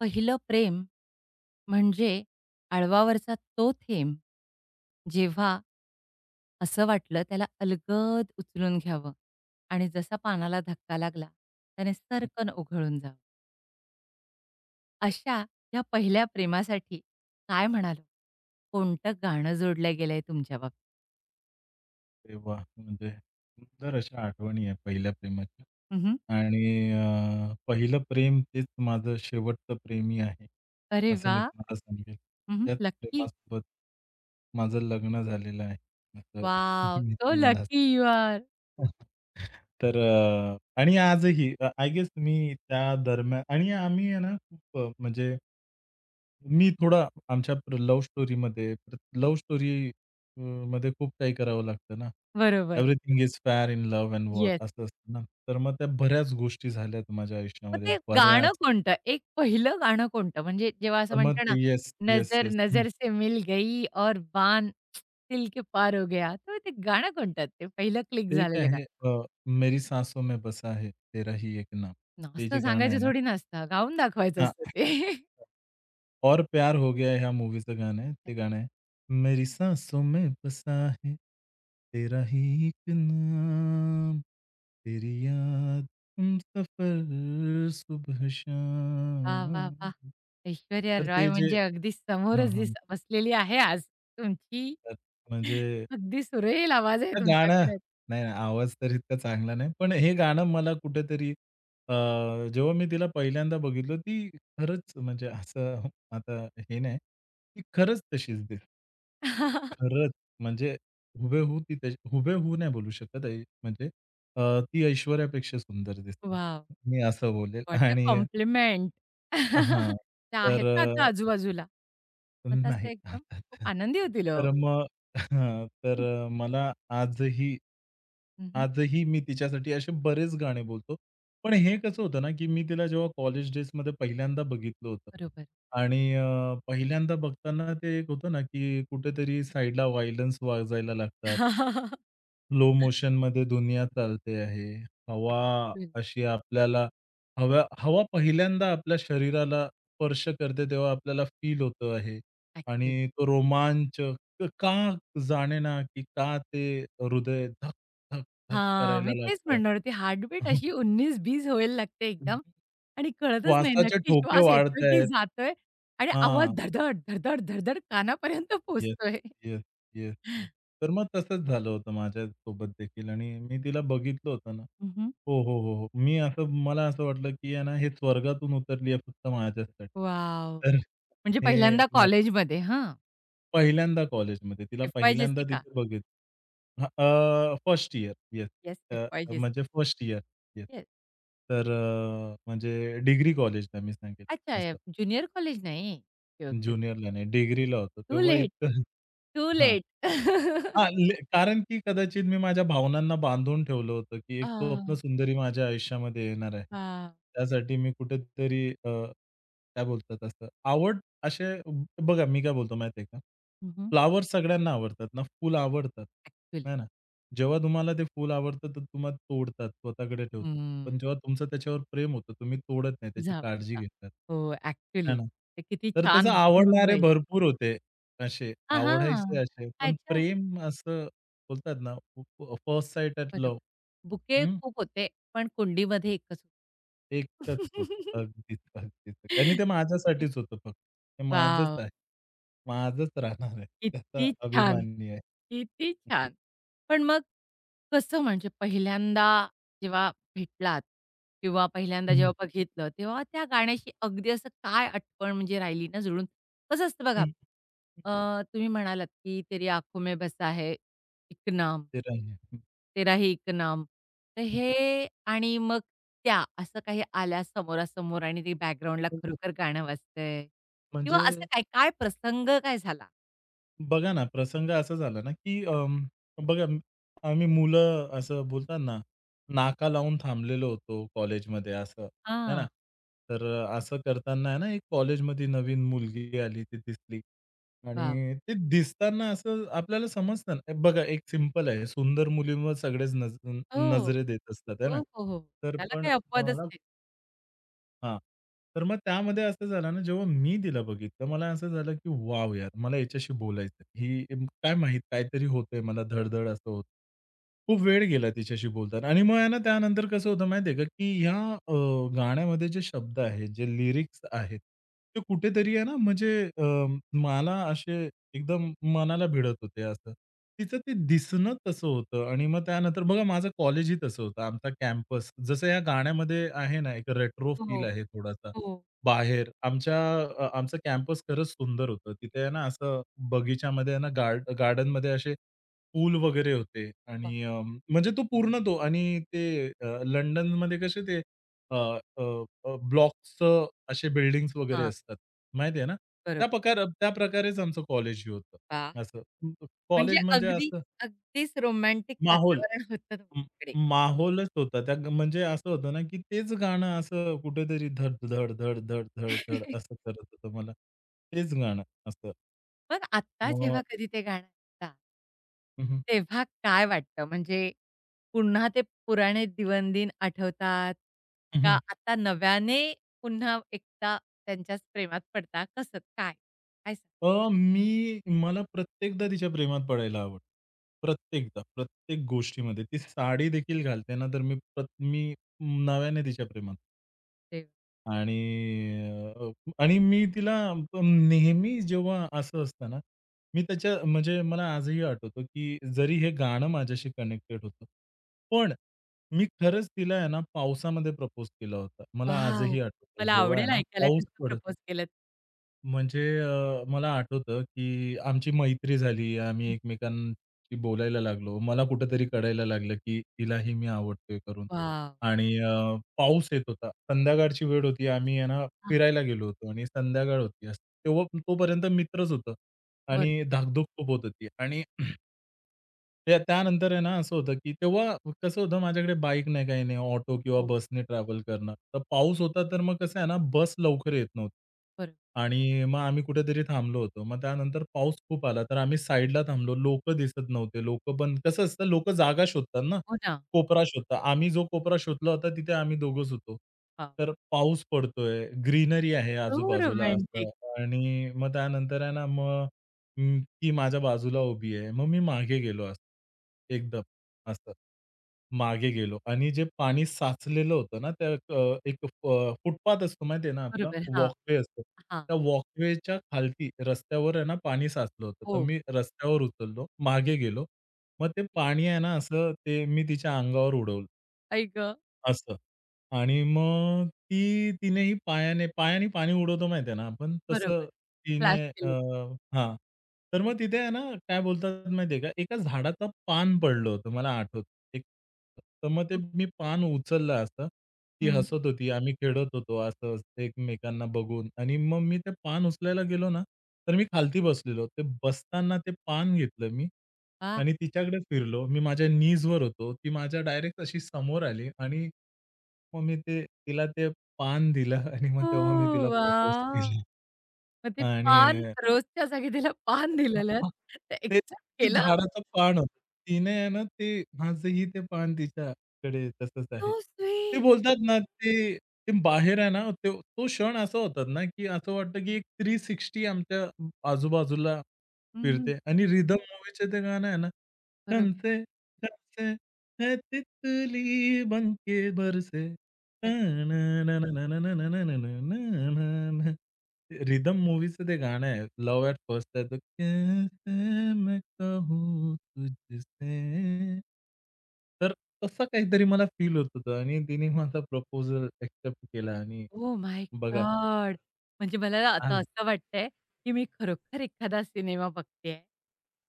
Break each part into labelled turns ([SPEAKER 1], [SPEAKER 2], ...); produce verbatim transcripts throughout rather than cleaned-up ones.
[SPEAKER 1] पहिलं प्रेम म्हणजे आळवावरचा तो थेंब, जेव्हा असं वाटलं त्याला अलगद उचलून घ्यावं आणि जसा पानाला धक्का लागला, त्याने सरकन उघळून जावं. अशा या पहिल्या प्रेमासाठी काय म्हणाल? कोणतं गाणं जोडलं गेलंय तुमच्या बाबतीत?
[SPEAKER 2] अरे वाह! म्हणजे सुंदर अशा आठवणी आहेत पहिल्या प्रेमाच्या.
[SPEAKER 1] हं,
[SPEAKER 2] आणि अ, पहिलं प्रेम तेच माझं शेवटचं प्रेमी आहे,
[SPEAKER 1] अरे
[SPEAKER 2] असं मी
[SPEAKER 1] वाह!
[SPEAKER 2] तुम्हाला सांगेल.
[SPEAKER 1] हं, हं.
[SPEAKER 2] त्याच
[SPEAKER 1] लकी.
[SPEAKER 2] प्रेमासोबत माझं लग्न झालेलं आहे, असं मी तुम्हाला
[SPEAKER 1] लकी यू आर.
[SPEAKER 2] सांगेल. तर अ, आणि आजही आय गेस मी त्या दरम्यान आणि आम्ही आहे ना खूप अ, म्हणजे मी थोडा आमच्या प्र लव्ह स्टोरीमध्ये लव्ह स्टोरी अ, मध्ये खूप काही करावं लागतं ना.
[SPEAKER 1] बरोबर.
[SPEAKER 2] Everything is fair in love and war
[SPEAKER 1] yes.
[SPEAKER 2] असं असतं ना. तर मग त्या बऱ्याच गोष्टी झाल्यात माझ्या
[SPEAKER 1] मग
[SPEAKER 2] आयुष्यामध्ये
[SPEAKER 1] ते गाणं
[SPEAKER 2] बऱ्याच.
[SPEAKER 1] कोणतं? एक पहिलं गाणं कोणतं? म्हणजे जेव्हा असं
[SPEAKER 2] तर मग
[SPEAKER 1] म्हणतो
[SPEAKER 2] ते
[SPEAKER 1] ना,
[SPEAKER 2] येस, येस,
[SPEAKER 1] नजर
[SPEAKER 2] येस.
[SPEAKER 1] नजर से मिल गई और बान दिल के पार हो गया. तर ते गाणं कोणतं? ते पहिलं क्लिक
[SPEAKER 2] ते काय
[SPEAKER 1] झालेलं गाणं.
[SPEAKER 2] आहे अ, मेरी सासों में बसा है तेरा ही एक नाम. ते
[SPEAKER 1] असं
[SPEAKER 2] जे गाणं आहे
[SPEAKER 1] सांगायचं
[SPEAKER 2] ना.
[SPEAKER 1] थोडी नसतं. गाऊन दाखवायचं
[SPEAKER 2] हां.
[SPEAKER 1] असतं ते.
[SPEAKER 2] और प्यार हो गया है ह्या मूव्हीचं गाणं आहे. ते गाणं आहे. मेरी सांसों में बसा है तेरा ही एक नाम, तेरी याद हम सफर
[SPEAKER 1] वाह! वाह!
[SPEAKER 2] सुबह-शाम.
[SPEAKER 1] वाह! ऐश्वर्या
[SPEAKER 2] तर ते
[SPEAKER 1] रॉय
[SPEAKER 2] जे
[SPEAKER 1] म्हणजे अगदी
[SPEAKER 2] हां,
[SPEAKER 1] समोरच दिस
[SPEAKER 2] हां.
[SPEAKER 1] बसलेली आहे आज तुमची.
[SPEAKER 2] तर म्हणजे
[SPEAKER 1] अगदी सुरेल आवाज आहे
[SPEAKER 2] ते
[SPEAKER 1] तुमचा
[SPEAKER 2] गाणं
[SPEAKER 1] खरंच.
[SPEAKER 2] नाही, नाही. आवाज तर इतका चांगला नाही. पण हे गाणं मला कुठेतरी अ, जेव्हा मी तिला पहिल्यांदा बघितलं, ती खरंच म्हणजे असं आता हे नाही, ती खरंच तशीच दिसते. खरंच म्हणजे हुबेहूब ती तशी हुबेहूब नाही बोलू शकत आहे. म्हणजे अ, ती ऐश्वर्यापेक्षा सुंदर दिसते.
[SPEAKER 1] वॉव!
[SPEAKER 2] मी असं बोलेल
[SPEAKER 1] व्हॉट अ
[SPEAKER 2] आणि
[SPEAKER 1] कॉम्प्लिमेंट.
[SPEAKER 2] हां.
[SPEAKER 1] त्या
[SPEAKER 2] तर
[SPEAKER 1] आहेत का आता आजूबाजूला? मग तर
[SPEAKER 2] नाही
[SPEAKER 1] असं एकदम खूप
[SPEAKER 2] खातात.
[SPEAKER 1] आनंदी होतील हो.
[SPEAKER 2] तर मग तर अ, मला आजही
[SPEAKER 1] हं, हं.
[SPEAKER 2] आजही मी तिच्यासाठी असे बरेच गाणे बोलतो. पण हे कसं होतं ना, की मी तिला जेव्हा कॉलेज डेजमध्ये पहिल्यांदा बघितलं होतं
[SPEAKER 1] बरोबर.
[SPEAKER 2] आणि अ, पहिल्यांदा बघताना ते एक होतं ना, की कुठेतरी साइडला व्हायलन्स वाजायला लागतात. लो मोशन मोशनमध्ये दुनिया चालते आहे. हवा
[SPEAKER 1] ॲक्चुअल,
[SPEAKER 2] अशी आपल्याला हवा हवा पहिल्यांदा आपल्या शरीराला स्पर्श करते, तेव्हा आपल्याला फील होतं आहे.
[SPEAKER 1] ॲक्चुअल.
[SPEAKER 2] आणि तो रोमांच क का जाणे ना की का ते हृदय धक, धक, धक
[SPEAKER 1] हां,
[SPEAKER 2] करायला
[SPEAKER 1] मी तेच
[SPEAKER 2] लागतं.
[SPEAKER 1] म्हणणार होते हार्टबीट
[SPEAKER 2] हं,
[SPEAKER 1] अशी एकोणीस वीस व्हायला लागते
[SPEAKER 2] हं.
[SPEAKER 1] एकदम आणि कळतच नाही
[SPEAKER 2] श्वासाचे
[SPEAKER 1] नक्की
[SPEAKER 2] ठोके
[SPEAKER 1] श्वास येतोय की
[SPEAKER 2] वाढतायत.
[SPEAKER 1] जातोय आणि आवाज
[SPEAKER 2] हां.
[SPEAKER 1] धडधड, धडधड, धडधड कानापर्यंत
[SPEAKER 2] येस,
[SPEAKER 1] पोहोचतोय.
[SPEAKER 2] Yes, yes, yes. तर मग तसंच झालं होतं माझ्यासोबत देखील आणि मी तिला बघितलं होतं ना.
[SPEAKER 1] हं, हं.
[SPEAKER 2] हो, हो, हो, हो. मी असं मला असं वाटलं, की आहे ना हे स्वर्गातून उतरली आहे फक्त माझ्यासाठी. तर
[SPEAKER 1] म्हणजे
[SPEAKER 2] हे
[SPEAKER 1] पहिल्यांदा
[SPEAKER 2] म
[SPEAKER 1] कॉलेजमध्ये हां.
[SPEAKER 2] पहिल्यांदा कॉलेजमध्ये तिला
[SPEAKER 1] एफ वाय जे
[SPEAKER 2] पहिल्यांदा
[SPEAKER 1] का?
[SPEAKER 2] तिथे बघितलं. हां, uh, first year yes.
[SPEAKER 1] Yes, F
[SPEAKER 2] uh,
[SPEAKER 1] Y J.
[SPEAKER 2] म्हणजे फर्स्ट इयर येस. तर अ, म्हणजे डिग्री कॉलेजला मी सांगेल
[SPEAKER 1] अच्छा, अ,
[SPEAKER 2] असं.
[SPEAKER 1] ज्युनियर कॉलेज नाही. Okay, okay.
[SPEAKER 2] ज्युनियरला नाही, डिग्रीला होतो.
[SPEAKER 1] टू
[SPEAKER 2] तेव्हा
[SPEAKER 1] लेट,
[SPEAKER 2] इतकं
[SPEAKER 1] टू
[SPEAKER 2] हां.
[SPEAKER 1] लेट.
[SPEAKER 2] हां, ले कारण की कदाचित मी माझ्या भावनांना बांधून ठेवलं होतं, की एक
[SPEAKER 1] अ,
[SPEAKER 2] स्वप्न सुंदरी माझ्या आयुष्यामध्ये येणार आहे.
[SPEAKER 1] हां.
[SPEAKER 2] त्यासाठी मी कुठेतरी अ, काय बोलतात असं, आवड असे बघा मी काय बोलतो माहिती आहे का?
[SPEAKER 1] हं, हं.
[SPEAKER 2] फ्लॉवर्स सगळ्यांना आवडतात ना, फुलं आवडतात,
[SPEAKER 1] ॲक्चुअली.
[SPEAKER 2] आहे ना? जेव्हा तुम्हाला ते फुल आवडतं, तर तुम्हाला तोडतात, स्वतःकडे ठेवतात. पण जेव्हा तुमचं त्याच्यावर प्रेम होतं, तुम्ही तोडत नाही, त्याची काळजी घेतात,
[SPEAKER 1] हो,
[SPEAKER 2] आहे
[SPEAKER 1] ॲक्चुअली.
[SPEAKER 2] ना?
[SPEAKER 1] ते किती
[SPEAKER 2] तर तसं
[SPEAKER 1] छान भरून
[SPEAKER 2] आवडणारे
[SPEAKER 1] राहील.
[SPEAKER 2] भरपूर होते. असे
[SPEAKER 1] हां,
[SPEAKER 2] आवडायचे
[SPEAKER 1] हां.
[SPEAKER 2] असे, पण
[SPEAKER 1] अच्छा.
[SPEAKER 2] प्रेम असं बोलतात ना, फर्स्ट साइट एट
[SPEAKER 1] बरोबर.
[SPEAKER 2] लव्ह.
[SPEAKER 1] बुके
[SPEAKER 2] हं,
[SPEAKER 1] खूप होते, पण कुंडीमध्ये एकच होतं.
[SPEAKER 2] एकच होतं. अगदीच, अगदीच. आणि ते माझ्यासाठीच होतं फक्त. ते माझंच
[SPEAKER 1] वाव!
[SPEAKER 2] आहे. माझंच राहणार आहे. त्याचा
[SPEAKER 1] किती छान!
[SPEAKER 2] अभिमानी आहे. हं,
[SPEAKER 1] किती छान! पण मग कसं म्हणजे पहिल्यांदा जेव्हा भेटलात किंवा पहिल्यांदा
[SPEAKER 2] हं.
[SPEAKER 1] जेव्हा बघितलं, तेव्हा त्या गाण्याशी अगदी असं काय आठवण म्हणजे राहिली ना जुळून? कसं असतं बघा
[SPEAKER 2] हं.
[SPEAKER 1] अ, तुम्ही म्हणालात, की "तेरी आँखों में बसा है एक नाम,
[SPEAKER 2] ते राहील. हं,
[SPEAKER 1] तेरा ही एक नाम." तर हे आणि मग त्या असं काही आल्या समोरासमोर आणि ते बॅकग्राऊंडला
[SPEAKER 2] हं.
[SPEAKER 1] खरोखर गाणं वाजतंय किंवा असं
[SPEAKER 2] म्हणजे
[SPEAKER 1] काय, काय प्रसंग काय झाला?
[SPEAKER 2] बघा ना, प्रसंग असा झाला ना, की अं, बघा म- आम्ही मुलं असं बोलतात ना, नाका लावून थांबलेलो होतो कॉलेजमध्ये असं, आहे ना.
[SPEAKER 1] हां.
[SPEAKER 2] तर असं करताना आहे ना, एक कॉलेजमध्ये नवीन मुलगी आली, ती दिसली
[SPEAKER 1] वाह!
[SPEAKER 2] आणि ते दिसताना असं आपल्याला समजतं ना, बघा एक सिंपल आहे, सुंदर मुलींवर सगळेच नज
[SPEAKER 1] हो.
[SPEAKER 2] नजरे देत असतात, आहे
[SPEAKER 1] हो,
[SPEAKER 2] ना.
[SPEAKER 1] हो, हो.
[SPEAKER 2] तर
[SPEAKER 1] त्याला
[SPEAKER 2] पण
[SPEAKER 1] काही अपवादच
[SPEAKER 2] मला
[SPEAKER 1] नाही.
[SPEAKER 2] हां. तर मग त्यामध्ये असं झालं ना, जेव्हा मी तिला बघितलं, मला असं झालं, की "वॉव! यार, मला हिच्याशी बोलायचं आहे." ही अं, काय माहीत काहीतरी होतंय मला धड असं होतं. खूप वेळ गेला तिच्याशी बोलताना आणि मग आहे ना, त्यानंतर कसं होतं माहिती का, की ह्या अ, गाण्यामध्ये जे शब्द आहेत, जे लिरिक्स आहेत, ते कुठेतरी आहे ना, म्हणजे अ, मला असे एकदम मनाला भिडत होते असं. तिचं ते दिसणं तसं होतं आणि मग त्यानंतर बघा माझं कॉलेजही तसं होतं. आमचा कॅम्पस जसं या गाण्यामध्ये आहे ना, एक रेट्रो
[SPEAKER 1] हो,
[SPEAKER 2] फील आहे थोडासा.
[SPEAKER 1] हो.
[SPEAKER 2] बाहेर आमच्या अ, आमचं कॅम्पस खरंच सुंदर होतं. तिथे आहे ना, असं बगीच्यामध्ये आहे ना, गार्ड गार्डनमध्ये असे पूल वगैरे होते
[SPEAKER 1] वाह!
[SPEAKER 2] आणि अ, म्हणजे तो पूर्ण तो आणि ते अ, लंडनमध्ये कसे ते अ, अ, अ, असे बिल्डिंग्स वगैरे
[SPEAKER 1] हां,
[SPEAKER 2] असतात. माहिती आहे ना? त्या
[SPEAKER 1] बरोबर.
[SPEAKER 2] प्रकार त्या प्रकारेच आमचं कॉलेज हे होतं.
[SPEAKER 1] वाह!
[SPEAKER 2] असं
[SPEAKER 1] म्हणजे
[SPEAKER 2] कॉलेज म्हणजे
[SPEAKER 1] अगदी,
[SPEAKER 2] असं
[SPEAKER 1] अगदीच रोमॅन्टिक
[SPEAKER 2] माहोल
[SPEAKER 1] वातावरण होतं
[SPEAKER 2] म
[SPEAKER 1] तुमच्याकडे.
[SPEAKER 2] माहोलच होता. त्या ग- म्हणजे असं होतं ना, की तेच गाणं असं कुठेतरी धड, धड, धड, धड, धड, धड असं करत होतं मला. तेच गाणं असं.
[SPEAKER 1] मग आत्ता
[SPEAKER 2] मग
[SPEAKER 1] जेव्हा कधी ते गाणं ऐकता,
[SPEAKER 2] हं, हं.
[SPEAKER 1] तेव्हा काय वाटतं? म्हणजे पुन्हा ते पुराणे दिवनदिन आठवतात? का आता नव्याने पुन्हा एकदा त्यांच्याच प्रेमात पडता? कसं? काय? काय सांगाल
[SPEAKER 2] अ, मी मला प्रत्येकदा तिच्या प्रेमात पडायला आवडतं. प्रत्येकदा, प्रत्येक गोष्टीमध्ये. ती साडी देखील घालते ना, तर मी प्रत मी नव्याने तिच्या प्रेमात.
[SPEAKER 1] तेव्हा?
[SPEAKER 2] आणि अ, आणि मी तिला नेहमी जेव्हा असं असतं ना, मी त्याच्या म्हणजे मला आजही आठवतं, की जरी हे गाणं माझ्याशी कनेक्टेड होतं. पण मी खरंच तिला आहे ना, पावसामध्ये प्रपोज केला होता. मला
[SPEAKER 1] वॉव!
[SPEAKER 2] आजही आठवतं.
[SPEAKER 1] मला
[SPEAKER 2] जेव्हा आहे
[SPEAKER 1] आवडेल
[SPEAKER 2] ना,
[SPEAKER 1] ऐकायला
[SPEAKER 2] पाऊस
[SPEAKER 1] कसं
[SPEAKER 2] पडत
[SPEAKER 1] प्रपोज केलंत.
[SPEAKER 2] म्हणजे अ, मला आठवतं, की आमची मैत्री झाली. आम्ही एकमेकांशी बोलायला लागलो. मला कुठेतरी कळायला लागलं, की हिलाही मी आवडतोय करून.
[SPEAKER 1] वॉव!
[SPEAKER 2] आणि अ, पाऊस येत होता. संध्याकाळची वेळ होती. आम्ही आहे ना
[SPEAKER 1] हां, हां.
[SPEAKER 2] फिरायला गेलो होतो आणि संध्याकाळ होती. असं तेव्हा तोपर्यंत मित्रच होतो.
[SPEAKER 1] बरं.
[SPEAKER 2] आणि धाकधूक खूप होत होती आणि त्या त्यानंतर आहे ना, असं होतं की तेव्हा कसं होतं माझ्याकडे बाईक नाही, काही नाही. ऑटो किंवा
[SPEAKER 1] हो,
[SPEAKER 2] बसने ट्रॅव्हल करणं. तर पाऊस होता तर मग कसं आहे ना, बस लवकर येत नव्हती.
[SPEAKER 1] बरं.
[SPEAKER 2] आणि मग आम्ही कुठेतरी थांबलो होतो. मग त्यानंतर पाऊस खूप आला, तर आम्ही साइडला थांबलो. लोकं दिसत नव्हते. लोकं पण कसं असतं लोकं जागा शोधतात ना,
[SPEAKER 1] हो ना.
[SPEAKER 2] कोपरा शोधतात. आम्ही जो कोपरा शोधला होता तिथे आम्ही दोघंच होतो.
[SPEAKER 1] हां.
[SPEAKER 2] तर पाऊस पडतोय, ग्रीनरी आहे
[SPEAKER 1] हो,
[SPEAKER 2] आजूबाजूला असं.
[SPEAKER 1] रोमॅन्टिक.
[SPEAKER 2] आणि मग त्यानंतर आहे ना, मग हं, ती माझ्या बाजूला उभी आहे. मग मी मागे गेलो असं एकदम असं. मागे गेलो आणि जे पाणी साचलेलं होतं ना, त्या अ, एक अ, फुटपाथ असतो माहिती आहे ना आपला,
[SPEAKER 1] बरोबर. हां,
[SPEAKER 2] वॉकवे असतो.
[SPEAKER 1] हां.
[SPEAKER 2] त्या वॉकवेच्या खालती रस्त्यावर आहे ना पाणी साचलं होतं. तर
[SPEAKER 1] हो.
[SPEAKER 2] मी रस्त्यावर उचललो, मागे गेलो. मग ते पाणी आहे ना असं ते मी तिच्या अंगावर उडवलं.
[SPEAKER 1] आई गं!
[SPEAKER 2] असं. आणि मग ती तिनेही पायाने पायाने पाणी उडवतो माहिती आहे ना आपण, तसं
[SPEAKER 1] बरोबर. फ्लॅश
[SPEAKER 2] तिने अ,
[SPEAKER 1] केलं ते.
[SPEAKER 2] हां. तर मग तिथे आहे ना, काय बोलतात माहिती का, एका झाडाचं पान पडलं होतं मला आठवतं. एक तर मग ते
[SPEAKER 1] हं.
[SPEAKER 2] मी पान उचललं असं. ती
[SPEAKER 1] हं.
[SPEAKER 2] हसत होती, आम्ही खेळत होतो असं एकमेकांना बघून आणि मग मी ते पान उचलायला गेलो ना, तर मी खालती बसलेलो. ते बसताना ते पान घेतलं मी
[SPEAKER 1] वाह!
[SPEAKER 2] आणि तिच्याकडेच फिरलो. मी माझ्या नीजवर होतो. ती माझ्या डायरेक्ट अशी समोर आली आणि मग मी ते तिला ते पान दिलं आणि मग
[SPEAKER 1] हो,
[SPEAKER 2] तेव्हा मी तिला प्रपोज
[SPEAKER 1] वाह!
[SPEAKER 2] केलं
[SPEAKER 1] मग ते
[SPEAKER 2] आणि
[SPEAKER 1] पान रोजच्या जागी तिला पान दिलेलं.
[SPEAKER 2] हां.
[SPEAKER 1] ते
[SPEAKER 2] ते
[SPEAKER 1] एक्सेप्ट
[SPEAKER 2] ते
[SPEAKER 1] केलं?
[SPEAKER 2] झाडाचं पान होतं. तिने आहे ना ते आजही ते पान तिच्याकडे तसंच
[SPEAKER 1] सो
[SPEAKER 2] आहे. ते
[SPEAKER 1] स्वीट.
[SPEAKER 2] बोलतात ना ते, ते बाहेर आहे ना तो तो क्षण असा होतात ना, की असं वाटतं की एक तीनशे साठ आमच्या आजूबाजूला
[SPEAKER 1] हं, हं.
[SPEAKER 2] फिरते आणि रिदम मूव्हीचे ते गाणं आहे ना,
[SPEAKER 1] बरोबर.
[SPEAKER 2] "चलते चलते है तितली बनके बरसे." रिदम मूव्हीचं ते गाणं आहे. लव्ह ॲट फर्स्ट आहे. कैसे मैं कहूँ तुझसे. तर तसं काहीतरी मला फील होत होतं आणि तिने माझा प्रपोजल एक्सेप्ट केला आणि
[SPEAKER 1] ओह माय
[SPEAKER 2] बघा
[SPEAKER 1] गॉड! म्हणजे मला आता
[SPEAKER 2] आज
[SPEAKER 1] असं वाटतंय, की मी खरोखर एखादा सिनेमा बघतेय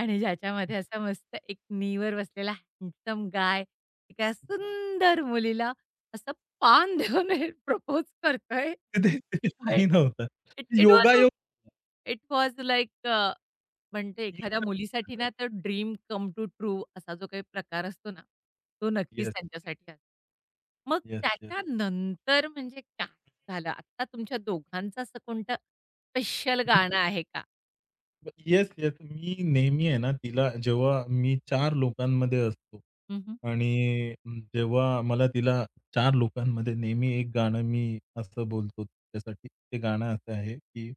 [SPEAKER 1] आणि ज्याच्यामध्ये असा मस्त एक नीवर बसलेला हँडसम गाय एका सुंदर मुलीला असं पान देऊन प्रपोज करतोय.
[SPEAKER 2] ते ते
[SPEAKER 1] पण
[SPEAKER 2] काही नव्हतं.
[SPEAKER 1] इट इट वॉज
[SPEAKER 2] योगायोग.
[SPEAKER 1] इट वॉज लाइक अ, म्हणजे एखाद्या मुलीसाठी ना, तर ड्रीम कम टू ट्रू असा जो काही प्रकार असतो ना, तो नक्कीच
[SPEAKER 2] येस,
[SPEAKER 1] त्यांच्यासाठी असतो. मग
[SPEAKER 2] येस,
[SPEAKER 1] त्याच्यानंतर म्हणजे काय झालं? आत्ता तुमच्या दोघांचं असं कोणतं स्पेशल
[SPEAKER 2] येस.
[SPEAKER 1] गाणं आहे का?
[SPEAKER 2] ब- येस, येस. मी नेहमी आहे ना, तिला जेव्हा मी चार लोकांमध्ये असतो
[SPEAKER 1] हं, हं.
[SPEAKER 2] आणि म, जेव्हा मला तिला चार लोकांमध्ये नेहमी एक गाणं मी असं बोलतो तिच्यासाठी. ते गाणं असं आहे, की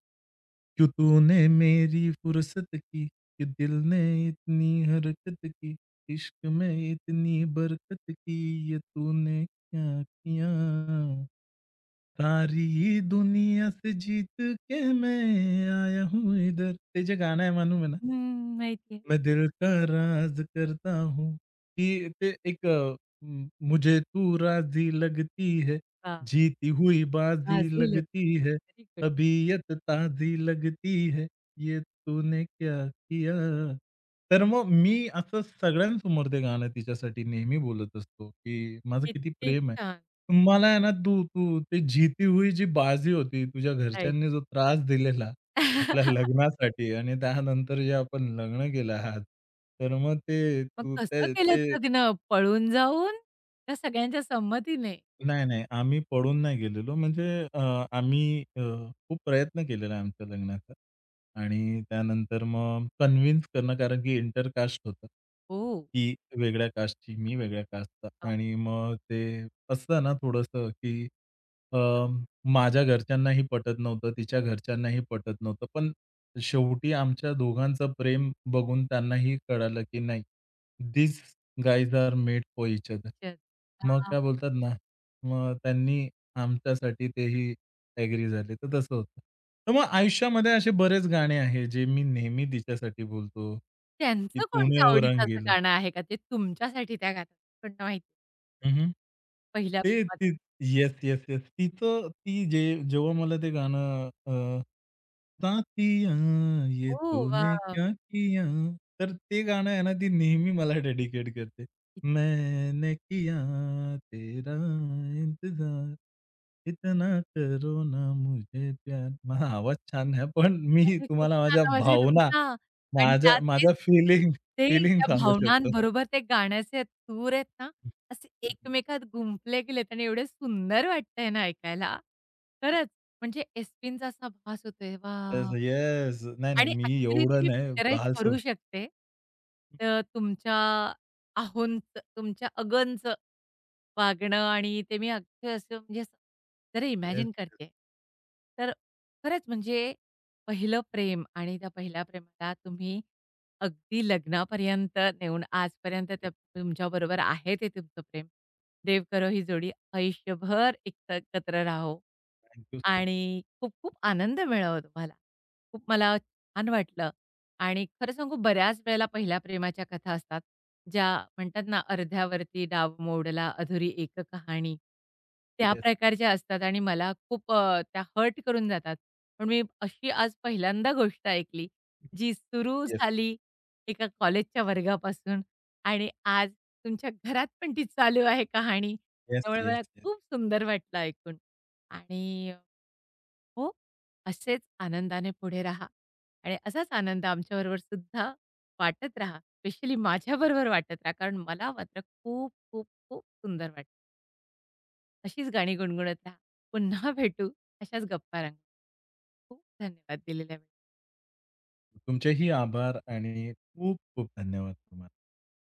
[SPEAKER 2] "क्यों तूने मेरी फुर्सत की, कि दिल ने इतनी हरकत की, इश्क में इतनी बरकत की, ये तूने क्या किया सारी दुनिया से जीत के मैं आया हूँ इधर." ते जे गाणं आहे मालूम आहे ना?
[SPEAKER 1] हं, माहिती आहे.
[SPEAKER 2] "मैं दिल का राज करता हूँ," की ते एक अ, म मुझे तू राज़ी लगती है,
[SPEAKER 1] हां.
[SPEAKER 2] जीती हुई बाज़ी
[SPEAKER 1] माझी लकी
[SPEAKER 2] लगती है,
[SPEAKER 1] व्हेरी गुड.
[SPEAKER 2] तबीयत ताज़ी लगती है, ये तूने क्या किया? तर मग मी असं सगळ्यांसमोर ते गाणं तिच्यासाठी नेहमी बोलत असतो, की माझं किती
[SPEAKER 1] किती
[SPEAKER 2] प्रेम आहे.
[SPEAKER 1] छान.
[SPEAKER 2] मला आहे ना, तू तू ते जीती हुई जी बाजी होती, तुझ्या
[SPEAKER 1] राइट.
[SPEAKER 2] घरच्यांनी जो त्रास दिलेला आपल्या लग्नासाठी आणि त्यानंतर जे आपण लग्न केलं आहात, तर मग ते
[SPEAKER 1] मग
[SPEAKER 2] तू
[SPEAKER 1] कसं
[SPEAKER 2] ते
[SPEAKER 1] केलंत
[SPEAKER 2] ते.
[SPEAKER 1] लग्न? पळून जाऊन? त्या सगळ्यांच्या संमतीने?
[SPEAKER 2] नाही, नाही. आम्ही पळून नाही गेलेलो. म्हणजे अ, आम्ही अ, खूप प्रयत्न केलेला आहे आमच्या लग्नाचा आणि त्यानंतर मग कन्विन्स करणं कारण की इंटरकास्ट होतं.
[SPEAKER 1] हो.
[SPEAKER 2] ती वेगळ्या कास्टची, मी वेगळ्या कास्टचा आणि मग ते असतं ना थोडंसं की अ, माझ्या घरच्यांनाही पटत नव्हतं, तिच्या घरच्यांनाही पटत नव्हतं. पण शेवटी आमच्या दोघांचं प्रेम बघून त्यांनाही कळालं की नाही, "this guys are made for each other." मग काय बोलतात ना मग त्यांनी आमच्यासाठी तेही ॲग्री झाले, तर तसं होतं. तर मग आयुष्यामध्ये असे बरेच गाणे आहेत, जे मी नेहमी तिच्यासाठी बोलतो, की
[SPEAKER 1] त्यांचं
[SPEAKER 2] "तूने
[SPEAKER 1] कोणत्या
[SPEAKER 2] ओ रंग
[SPEAKER 1] आवडीचं असं
[SPEAKER 2] रंगीला."
[SPEAKER 1] गाणं आहे का ते तुमच्यासाठी त्या गातात? कोणतं माहिती
[SPEAKER 2] हं, हं.
[SPEAKER 1] पहिल्या
[SPEAKER 2] ते
[SPEAKER 1] प्रेमात?
[SPEAKER 2] ते येस, येस, येस. तिचं ती जे जेव्हा मला ते गाणं अ, "साथिया ये
[SPEAKER 1] ओह
[SPEAKER 2] तूने
[SPEAKER 1] वॉव!
[SPEAKER 2] क्या किया." तर ते गाणं आहे ना, ती नेहमी मला डेडिकेट करते. "मैंने किया तेरा इंतजार, इतना करो ना मुझे प्यार." माझा आवाज छान आहे, पण मी
[SPEAKER 1] अरे खूप
[SPEAKER 2] तुम्हाला माझ्या
[SPEAKER 1] छान आवाज आहे
[SPEAKER 2] भावना,
[SPEAKER 1] तुमचा आणि
[SPEAKER 2] माझ्या
[SPEAKER 1] त्यात तेच
[SPEAKER 2] माझ्या फीलिंग
[SPEAKER 1] ते
[SPEAKER 2] फीलिंग
[SPEAKER 1] त्या
[SPEAKER 2] सांगू शकतो.
[SPEAKER 1] भावनांबरोबर ते गाण्याचे सूर आहेत ना, असे एकमेकात गुंफले गेलेत आणि एवढे सुंदर वाटतंय ना ऐकायला. खरंच म्हणजे एस असा भास होतोय.
[SPEAKER 2] येस,
[SPEAKER 1] वाह!
[SPEAKER 2] येस. नाही, नाही.
[SPEAKER 1] आणि
[SPEAKER 2] मी
[SPEAKER 1] ॲक्चुअली ते
[SPEAKER 2] एवढं
[SPEAKER 1] मी
[SPEAKER 2] नाही.
[SPEAKER 1] पिक्चराइज
[SPEAKER 2] बाल
[SPEAKER 1] करू
[SPEAKER 2] सुश्री
[SPEAKER 1] शकते. तर तुमच्या आहोंचं, तुमच्या अगनचं वागणं आणि ते मी अख्खं असं म्हणजे असं जरा हं.
[SPEAKER 2] येस,
[SPEAKER 1] इमॅजिन करते. तर खरंच म्हणजे पहिलं प्रेम आणि त्या पहिल्या प्रेमाला तुम्ही अगदी लग्नापर्यंत नेऊन आजपर्यंत त्या तुमच्याबरोबर आहे ते तुमचं प्रेम. देव करो ही जोडी आयुष्यभर एक एकत्र राहो
[SPEAKER 2] थँक सो
[SPEAKER 1] आणि खूप खूप आनंद मिळावा तुम्हाला. खूप मला छान वाटलं आणि खरं सांगू बऱ्याच वेळेला पहिल्या प्रेमाच्या कथा असतात, ज्या म्हणतात ना, अर्ध्यावरती डाव मोडला अधुरी एक कहाणी. त्या
[SPEAKER 2] येस,
[SPEAKER 1] प्रकारच्या असतात आणि मला खूप अ, त्या हर्ट करून जातात. पण मी अशी आज पहिल्यांदा गोष्ट ऐकली, जी सुरू
[SPEAKER 2] येस,
[SPEAKER 1] झाली एका कॉलेजच्या वर्गापासून आणि आज तुमच्या घरात पण ती चालू आहे कहाणी.
[SPEAKER 2] येस,
[SPEAKER 1] त्यामुळे
[SPEAKER 2] येस,
[SPEAKER 1] मला
[SPEAKER 2] येस.
[SPEAKER 1] खूप सुंदर वाटलं ऐकून आणि हो, असेच आनंदाने पुढे राहा आणि असाच आनंद आमच्याबरोबर सुद्धा वाटत राहा. स्पेशली माझ्याबरोबर वाटत राहा. कारण मला मात्र खूप, खूप, खूप सुंदर वाटत। अशीच गाणी गुणगुणत राहा. पुन्हा भेटू अशाच गप्पा रंगवू. खूप धन्यवाद दिलेल्या वेळेसाठी.
[SPEAKER 2] तुमचेही आभार आणि खूप खूप धन्यवाद तुम्हाला.